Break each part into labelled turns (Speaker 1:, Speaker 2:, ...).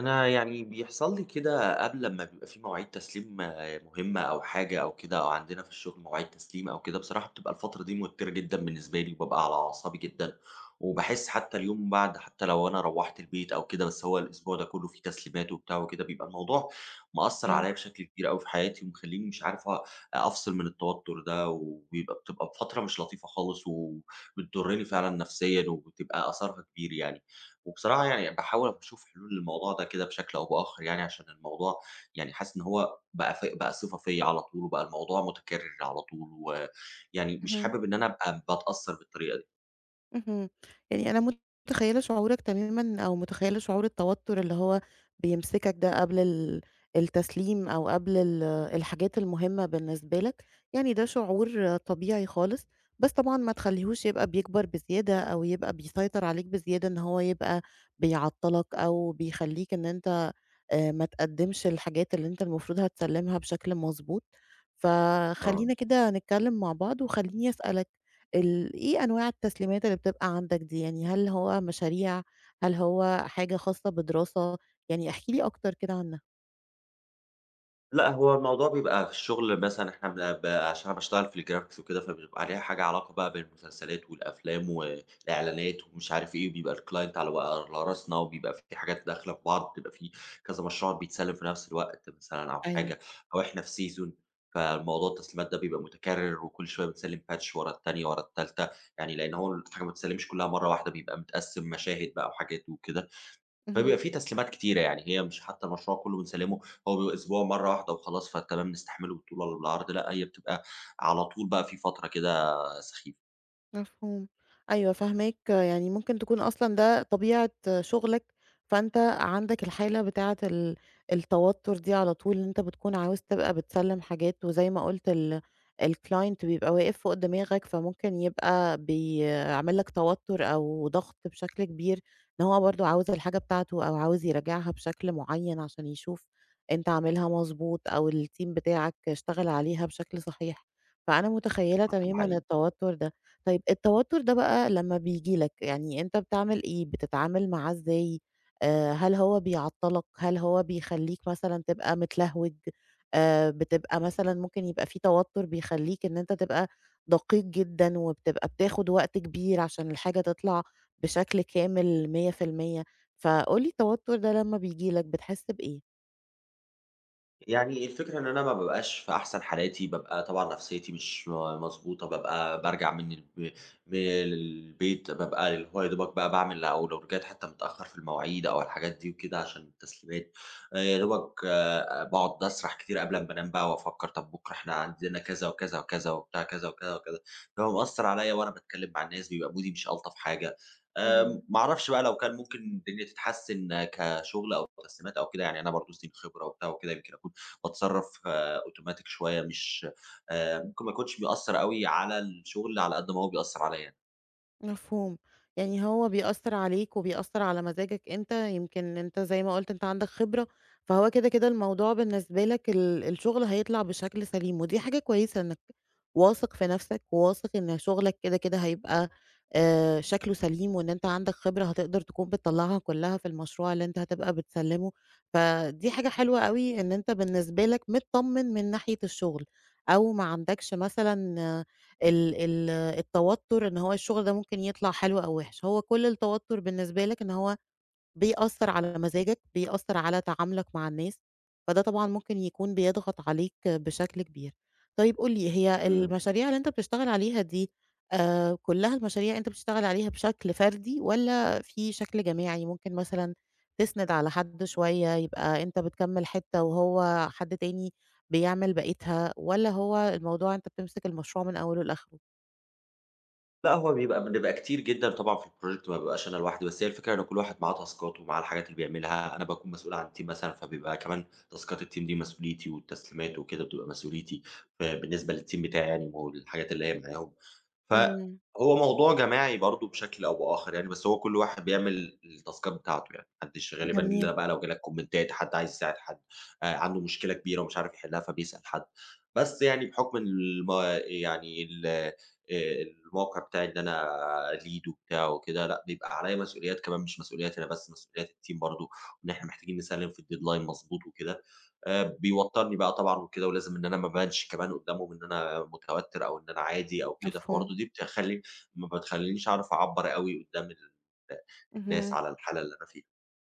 Speaker 1: أنا يعني بيحصل لي كده قبل أمّا بيبقى في مواعيد تسليم مهمة أو حاجة أو كده، أو عندنا في الشغل مواعيد تسليم أو كده. بصراحة بتبقى الفترة دي موتِّرة جدًا بالنسبة لي، وبابقى على أعصابي جدًا، وباحس حتى اليوم بعد، حتى لو أنا روّحت البيت أو كده. بس هو الأسبوع ده كُلّه فيه تسليمات وبتاع وكده، بيبقى الموضوع مأثّر
Speaker 2: أيوه.
Speaker 1: عليّا بشكل كبير أوي في حياتي، ومخلّيني مش عارف أفصل من التوتُّر ده. وبيبقى بتبقى فترة مش لطيفة خالص، وبتضُرّني فعلًا نفسيًا، وبتبقى آثارها كبير يعني. وبصراحة يعني باحاول أشوف حلول للموضوع ده كده بشكل أو بآخر يعني، عشان الموضوع يعني حاسس إن هو بقى صفة فيّا على طول، وبقى الموضوع متكرر على طول، ويعني مش
Speaker 2: اهم،
Speaker 1: حابب إن أنا أبقى باتأثّر بالطريقة دي.
Speaker 2: اهم. يعني أنا متخيّلة شعورك تمامًا أو متخيّلة شعور التوتر اللي هو بيمسكك ده قبل التسليم أو قبل الحاجات المهمة بالنسبة لك، يعني ده شعور طبيعي خالص، بس طبعًا ما تخلّيهوش يبقى بيكبر بزيادة أو يبقى بيسيطر عليك بزيادة إن هو يبقى بيعطّلك أو بيخلّيك إن أنت ما تقدّمش الحاجات اللي أنت المفروض هتسلّمها بشكل مضبوط،
Speaker 1: آه.
Speaker 2: فخلّينا كده نتكلّم مع بعض وخلّيني أسألك إيه أنواع التسليمات اللي بتبقى عندك دي، يعني هل هو مشاريع، هل هو حاجة خاصة بدراسة، يعني احكِ لي أكتر كده عنّها؟
Speaker 1: لأ، هو الموضوع بيبقى في الشغل. مثلًا، إحنا بن ب عشان أنا باشتغل في الgraphics وكده، فبيبقى عليها حاجة علاقة بقى بالمسلسلات والأفلام والإعلانات ومش عارف إيه، وبيبقى الclient على راسنا، وبيبقى في حاجات داخلة في بعض. بتبقى في كذا مشروع بيتسلم في نفس الوقت مثلًا أو
Speaker 2: أيوه،
Speaker 1: حاجة، أو إحنا في season. فالموضوع التسليمات ده بيبقى متكرر، وكل شوية بنسلم patch ورا التانية ورا التالتة. يعني لأن هو الحاجة ما بتتسلمش كلها مرة واحدة، بيبقى متقسم مشاهد بقى وحاجات وكده.
Speaker 2: اهم.
Speaker 1: فبيبقى في تسليمات كتيرة، يعني هي مش حتى المشروع كُلّه بنسلِّمه، هو بيبقى أسبوع مرّة واحدة وخلاص فتمام نستحمله بالطول ولا بالعرض. لأ، هي بتبقى على طول بقى في فترة كده سخيفة.
Speaker 2: مفهوم. أيوه فاهماك، يعني ممكن تكون أصلًا ده طبيعة شغلك، فأنت عندك الحالة بتاعة التوتر دي على طول، إن أنت بتكون عاوز تبقى بتسلِّم حاجات، وزي ما قُلت الclient بيبقى واقف فوق دماغك، فممكن يبقى بيعمل لك توتر أو ضغط بشكل كبير، إن هو برضه عاوز الحاجة بتاعته أو عاوز يراجعها بشكل معيّن عشان يشوف أنت عاملها مضبوط أو الteam بتاعك اشتغل عليها بشكل صحيح، فأنا متخيّلة
Speaker 1: ده
Speaker 2: تمامًا
Speaker 1: حقيقي.
Speaker 2: التوتر ده. طيب التوتر ده بقى لمّا بييجي لك، يعني أنت بتعمل إيه، بتتعامل معاه إزاي؟ هل هو بيعطّلك، هل هو بيخلّيك مثلًا تبقى متلهوج، بتبقى مثلًا ممكن يبقى في توتر بيخلّيك إن أنت تبقى دقيق جدًا وبتبقى بتاخد وقت كبير عشان الحاجة تطلع بشكل كامل 100%، فقُل لي التوتر ده لمّا بييجي لك بتحس بإيه؟
Speaker 1: يعني الفكرة إن أنا ما بابقاش في أحسن حالاتي، بابقى طبعًا نفسيتي مش مضبوطة. بابقى بارجع من البيت، بابقى اللي هو يا دوبك بقى باعمل، أو لو رجعت حتى متأخر في المواعيد أو الحاجات دي وكده عشان التسليمات. يا دوبك باقعد أسرح كتير قبل أمّا أنام بقى، وأفكّر طَب بُكرة إحنا عندنا كذا وكذا وكذا، وبتاع كذا وكذا وكذا. فهو مأثّر عليّا، وأنا باتكلّم مع الناس بيبقى مودي مش ألطف حاجة.
Speaker 2: اهم.
Speaker 1: ما أعرفش بقى لو كان ممكن الدنيا تتحسّن كشغل أو تسليمات أو كده. يعني أنا برضه سنين خبرة وبتاع وكده، يمكن أكون باتصرّف أوتوماتيك شوية، مش ممكن ما يكونش بيأثّر أوي على الشغل على قد ما هو بيأثّر عليّا أنا.
Speaker 2: مفهوم، يعني هو بيأثّر عليك وبيأثّر على مزاجك أنت، يمكن أنت زي ما قُلت أنت عندك خبرة، فهو كده، كده الموضوع بالنسبة لك الشغل هيطلع بشكل سليم، ودي حاجة كويسة إنك واثق في نَفْسك، وواثق إن شغلك كده، كده هيبقى شكله سليم، وإن أنت عندك خبرة هتقدر تكون بتطلّعها كلّها في المشروع اللي أنت هتبقى بتسلّمه، فدي حاجة حلوة أوي إن أنت بالنسبة لك متطمّن من ناحية الشغل، أو ما عندكش مثلًا آه، ال ال التوتر إن هو الشغل ده ممكن يطلع حلو أو وِحِش، هو كل التوتر بالنسبة لك إن هو بيأثّر على مزاجك، بيأثّر على تعاملك مع الناس، فده طبعًا ممكن يكون بيضغط عليك بشكل كبير. طيب قُل لي هي
Speaker 1: إمم.
Speaker 2: المشاريع اللي أنت بتشتغل عليها دي كلّها المشاريع أنت بتشتغل عليها بشكل فردي والّا في شكل جماعي؟ ممكن مثلًا تسند على حد شوية، يبقى أنت بتكمّل حتّة وهو حد تاني بيعمل بقيتها والّا هو الموضوع أنت بتمسك المشروع من أوله لآخره؟
Speaker 1: لأ، هو بيبقى بنبقى كتير جدًا طبعًا في الproject، ما بابقاش أنا لوحدي. بس هي الفكرة إن كل واحد معاه تاسكات ومعاه الحاجات اللي بيعملها. أنا باكون مسؤول عن الteam مثلًا، فبيبقى كمان تاسكات الteam دي مسؤوليتي، والتسليمات وكده بتبقى مسؤوليتي، فبالنسبة للteam بتاعي يعني، والحاجات اللي هي معاهم.
Speaker 2: اهم.
Speaker 1: فهو موضوع جماعي برضه بشكل أو بآخر يعني، بس هو كل واحد بيعمل التاسكات بتاعته يعني. ما حدش غالبًا
Speaker 2: جميل،
Speaker 1: إلا بقى لو جه لك كومنتات، حد عايز يساعد حد، عنده مشكلة كبيرة ومش عارف يحلها، فبيسأل حد. بس يعني بحكم يعني ال الموقع بتاعي اللي أنا lead وبتاع وكده، لأ بيبقى عليّا مسؤوليات كمان، مش مسؤولياتي أنا بس، مسؤوليات الteam برضه، وإن إحنا محتاجين نسلِّم في الdeadline مضبوط وكده. بيوتّرني بقى طبعًا وكده، ولازم إن أنا ما أبانش كمان قدّامهم إن أنا متوتّر أو إن أنا عادي أو كده.
Speaker 2: مفهوم،
Speaker 1: فبرضه دي ما بتخلّينيش أعرف أعبّر أوي قدّام الناس
Speaker 2: اهم.
Speaker 1: على الحالة اللي أنا فيها.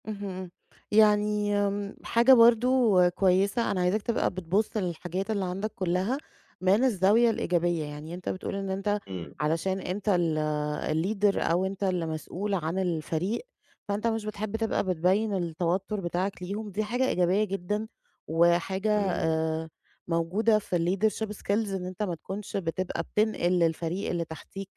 Speaker 2: اهم. يعني حاجة برضه كويسة، أنا عايزاك تبقى بتبُص للحاجات اللي عندك كلّها من الزاوية الإيجابية، يعني أنت بتقول إن أنت
Speaker 1: إمم.
Speaker 2: علشان أنت الleader أو أنت اللي مسؤول عن الفريق، فأنت مش بتحب تبقى بتبيّن التوتر بتاعك ليهم، دي حاجة إيجابية جدًا، وحاجة
Speaker 1: إمم.
Speaker 2: موجودة في الleadership skills إن أنت ما تكونش بتبقى بتنقل للفريق اللي تحتيك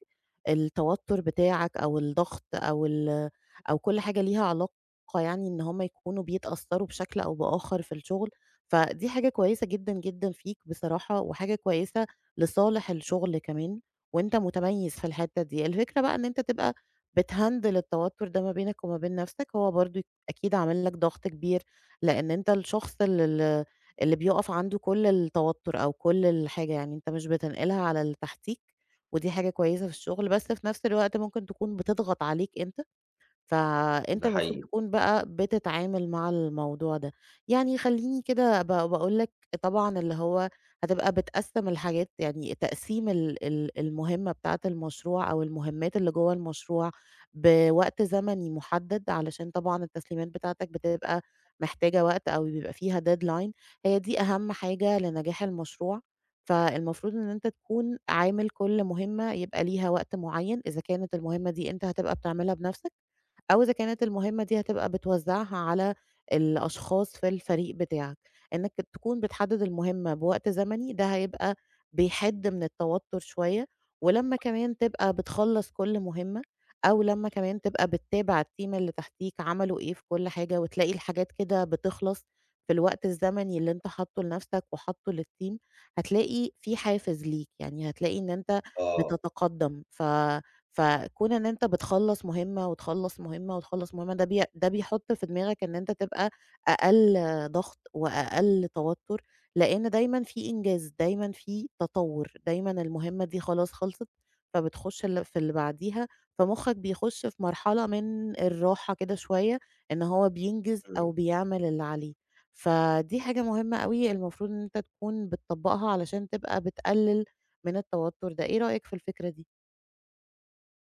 Speaker 2: التوتر بتاعك أو الضغط أو ال أو كل حاجة ليها علاقة يعني إن هم يكونوا بيتأثّروا بشكل أو بآخر في الشغل، فدي حاجة كويسة جدًا، جدًا فيك بصراحة، وحاجة كويسة لصالح الشغل كمان، وأنت متميّز في الحتّة دي. الفكرة بقى إن أنت تبقى بتهندل التوتّر ده ما بينك وما بين نَفْسك، هو برضه أكيد عامل لك ضغط كبير، لإن أنت الشخص ال ال اللي بيُقف عنده كل التوتّر أو كل الحاجة، يعني أنت مش بتنقلها على اللي تحتيك، ودي حاجة كويسة في الشغل، بس في نَفْس الوقت ممكن تكون بتضغط عليك أنت فأنت
Speaker 1: ده
Speaker 2: المفروض
Speaker 1: حقيقي.
Speaker 2: تكون بقى بتتعامل مع الموضوع ده. يعني خلّيني كده باقول لك طبعًا اللي هو هتبقى بتقسّم الحاجات، يعني تقسيم ال ال المهمة بتاعة المشروع أو المهمات اللي جوّه المشروع بوقت زمني محدد، علشان طبعًا التسليمات بتاعتك بتبقى محتاجة وقت أو بيبقى فيها deadline هي دي أهم حاجة لنجاح المشروع، فالمفروض إن أنت تكون عامل كل مهمة يبقى ليها وقت معيّن، إذا كانت المهمة دي أنت هتبقى بتعملها بنفسك أو إذا كانت المهمة دي هتبقى بتوزّعها على الأشخاص في الفريق بتاعك، إنك تكون بتحدد المهمة بوقت زمني ده هيبقى بيحِد من التوتر شوية، ولمّا كمان تبقى بتخلّص كل مهمة أو لمّا كمان تبقى بتتابع الteam اللي تحتيك عملوا إيه في كل حاجة، وتلاقي الحاجات كده بتخلص في الوقت الزمني اللي أنت حاطّه لنَفْسك وحاطّه للteam، هتلاقي في حافز ليك، يعني هتلاقي إن أنت
Speaker 1: آه.
Speaker 2: بتتقدّم فكون إن أنت بتخلّص مهمة، وتخلّص مهمة، وتخلّص مهمة ده ده بيحُط في دماغك إن أنت تبقى أقل ضغط، وأقل توتر، لإن دايمًا في إنجاز، دايمًا في تطوّر، دايمًا المهمة دي خلاص خلصت، فبتخش ال في اللي بعديها، فمخّك بيخش في مرحلة من الراحة كده شوية، إن هو بينجز أو
Speaker 1: إمم.
Speaker 2: بيعمل اللي عليه. فدي حاجة مهمة أوي المفروض إن أنت تكون بتطبّقها علشان تبقى بتقلل من التوتر ده، إيه رأيك في الفكرة دي؟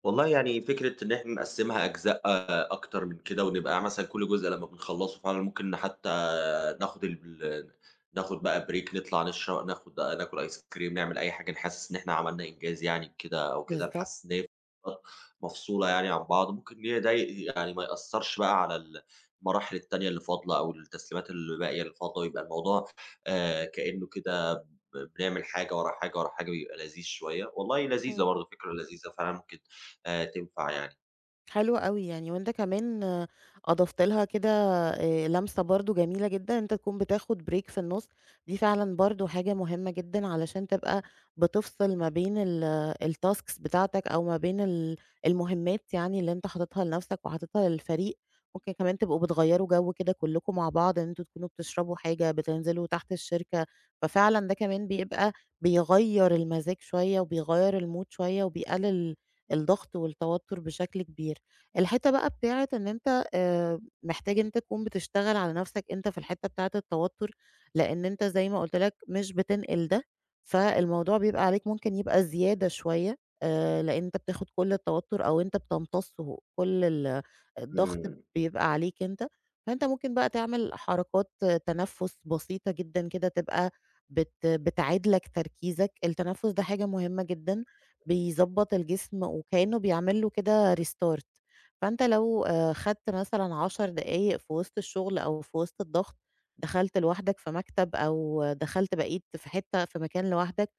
Speaker 1: والله يعني فكرة إن إحنا نقسّمها أجزاء أكتر من كده، ونبقى مثلًا كل جزء لمّا بنخلّصه فعلًا، ممكن حتى ناخد ال ناخد بقى break، نطلع نشر، ناخد ناكل ice cream، نعمل أي حاجة نحسّس إن إحنا عملنا إنجاز يعني، بكده أو كده،
Speaker 2: بالضبط.
Speaker 1: نحسّس إن هي فترات مفصولة يعني عن بعض. ممكن ي ده ي يعني ما يأثّرش بقى على المراحل التانية اللي فاضلة، أو التسليمات اللي باقية اللي فاضلة، ويبقى الموضوع كإنه كده بنعمل حاجة ورا حاجة ورا حاجة، بيبقى لذيذ شوية. والله لذيذة،
Speaker 2: إمم.
Speaker 1: برضه فكرة لذيذة فعلًا، ممكن تنفع يعني.
Speaker 2: حلو أوي يعني وأنت كمان آه، أضفت لها كده لمسة برضه جميلة جدًا، إن أنت تكون بتاخد break في النُص، دي فعلًا برضه حاجة مهمة جدًا علشان تبقى بتفصل ما بين الtasks بتاعتك أو ما بين المهمات يعني اللي أنت حاططها لنَفْسك وحاططها للفريق، ممكن كمان تبقوا بتغيّروا جو كده كلّكم مع بعض، إن أنتم تكونوا بتشربوا حاجة، بتنزلوا تحت الشركة، ففعلًا ده كمان بيبقى بيغيّر المزاج شوية وبيغيّر الmood شوية وبيقلل الضغط والتوتر بشكل كبير. الحتة بقى بتاعة إن أنت محتاج إن أنت تكون بتشتغل على نَفْسك أنت في الحتة بتاعة التوتُّر، لإن أنت زي ما قُلت لك مش بتنقل ده، فالموضوع بيبقى عليك ممكن يبقى زيادة شوية لإن أنت بتاخُد كل التوتُّر أو أنت بتمتصّه، كل الضغط
Speaker 1: إمم.
Speaker 2: بيبقى عليك أنت، فأنت ممكن بقى تعمل حركات تنفُّس بسيطة جدًا كده تبقى بتعيد لك تركيزك، التنفُّس ده حاجة مهمة جدًا، بيضبّط الجسم وكإنه بيعمل له كده restart. فأنت لو خدت مثلًا 10 دقايق في وسط الشغل أو في وسط الضغط، دخلت لوحدك في مكتب أو دخلت بقيت في حتة في مكان لوحدك،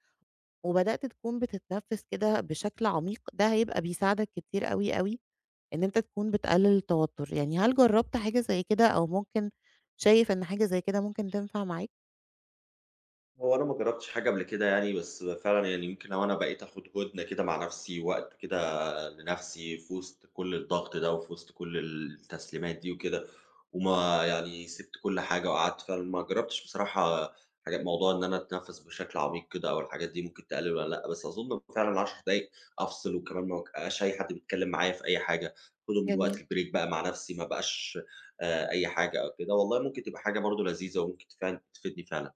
Speaker 2: وبدأت تكون بتتنفس كده بشكل عميق، ده هيبقى بيساعدك كتير أوي، أوي إن أنت تكون بتقلل التوتر، يعني هل جربت حاجة زي كده أو ممكن شايف إن حاجة زي كده ممكن تنفع معاك؟
Speaker 1: هو أنا ما جربتش حاجة قبل كده يعني، بس فعلًا يعني يمكن لو أنا بقيت آخد هدنة كده مع نفسي، وقت كده لنفسي في وسط كل الضغط ده، وفي وسط كل التسليمات دي وكده، وما يعني سِبت كل حاجة وقعدت فعلًا. ما جرّبتش بصراحة حاجات، موضوع إن أنا أتنفّس بشكل عميق كده أو الحاجات دي ممكن تقلِّل والّا لأ، بس أظُن فعلًا 10 دقايق أفصِل، وكمان ما يبقاش أي حد بيتكلّم معايا في أي حاجة، آخُدهم من وقت
Speaker 2: جميل.
Speaker 1: الbreak بقى مع نَفْسي، ما أبقاش أي حاجة أو كده. والله ممكن تبقى حاجة برضه لذيذة، وممكن تفيدني فعلًا.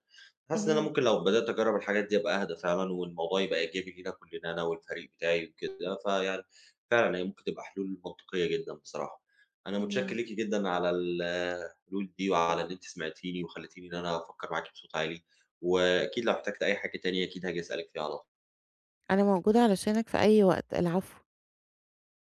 Speaker 1: حاسس إن أنا
Speaker 2: اهم،
Speaker 1: ممكن لو بدأت أجرّب الحاجات دي أبقى أهدى فعلًا، والموضوع يبقى إيجابي لينا كلنا، أنا والفريق بتاعي وكده. فيعني فعلًا هي ممكن تبقى حلول منطقية جدًا بصراحة. أنا متشكر
Speaker 2: اهم.
Speaker 1: ليكِ جدًا على الحلول دي، وعلى إن أنتِ سمعتيني وخلّيتيني إن أنا أفكّر معاكِ بصوت عالي، وأكيد لو احتجت أي حاجة تانية أكيد هاجي أسألِك فيها على طول.
Speaker 2: أنا موجودة علشانك في أي وقت، العفو.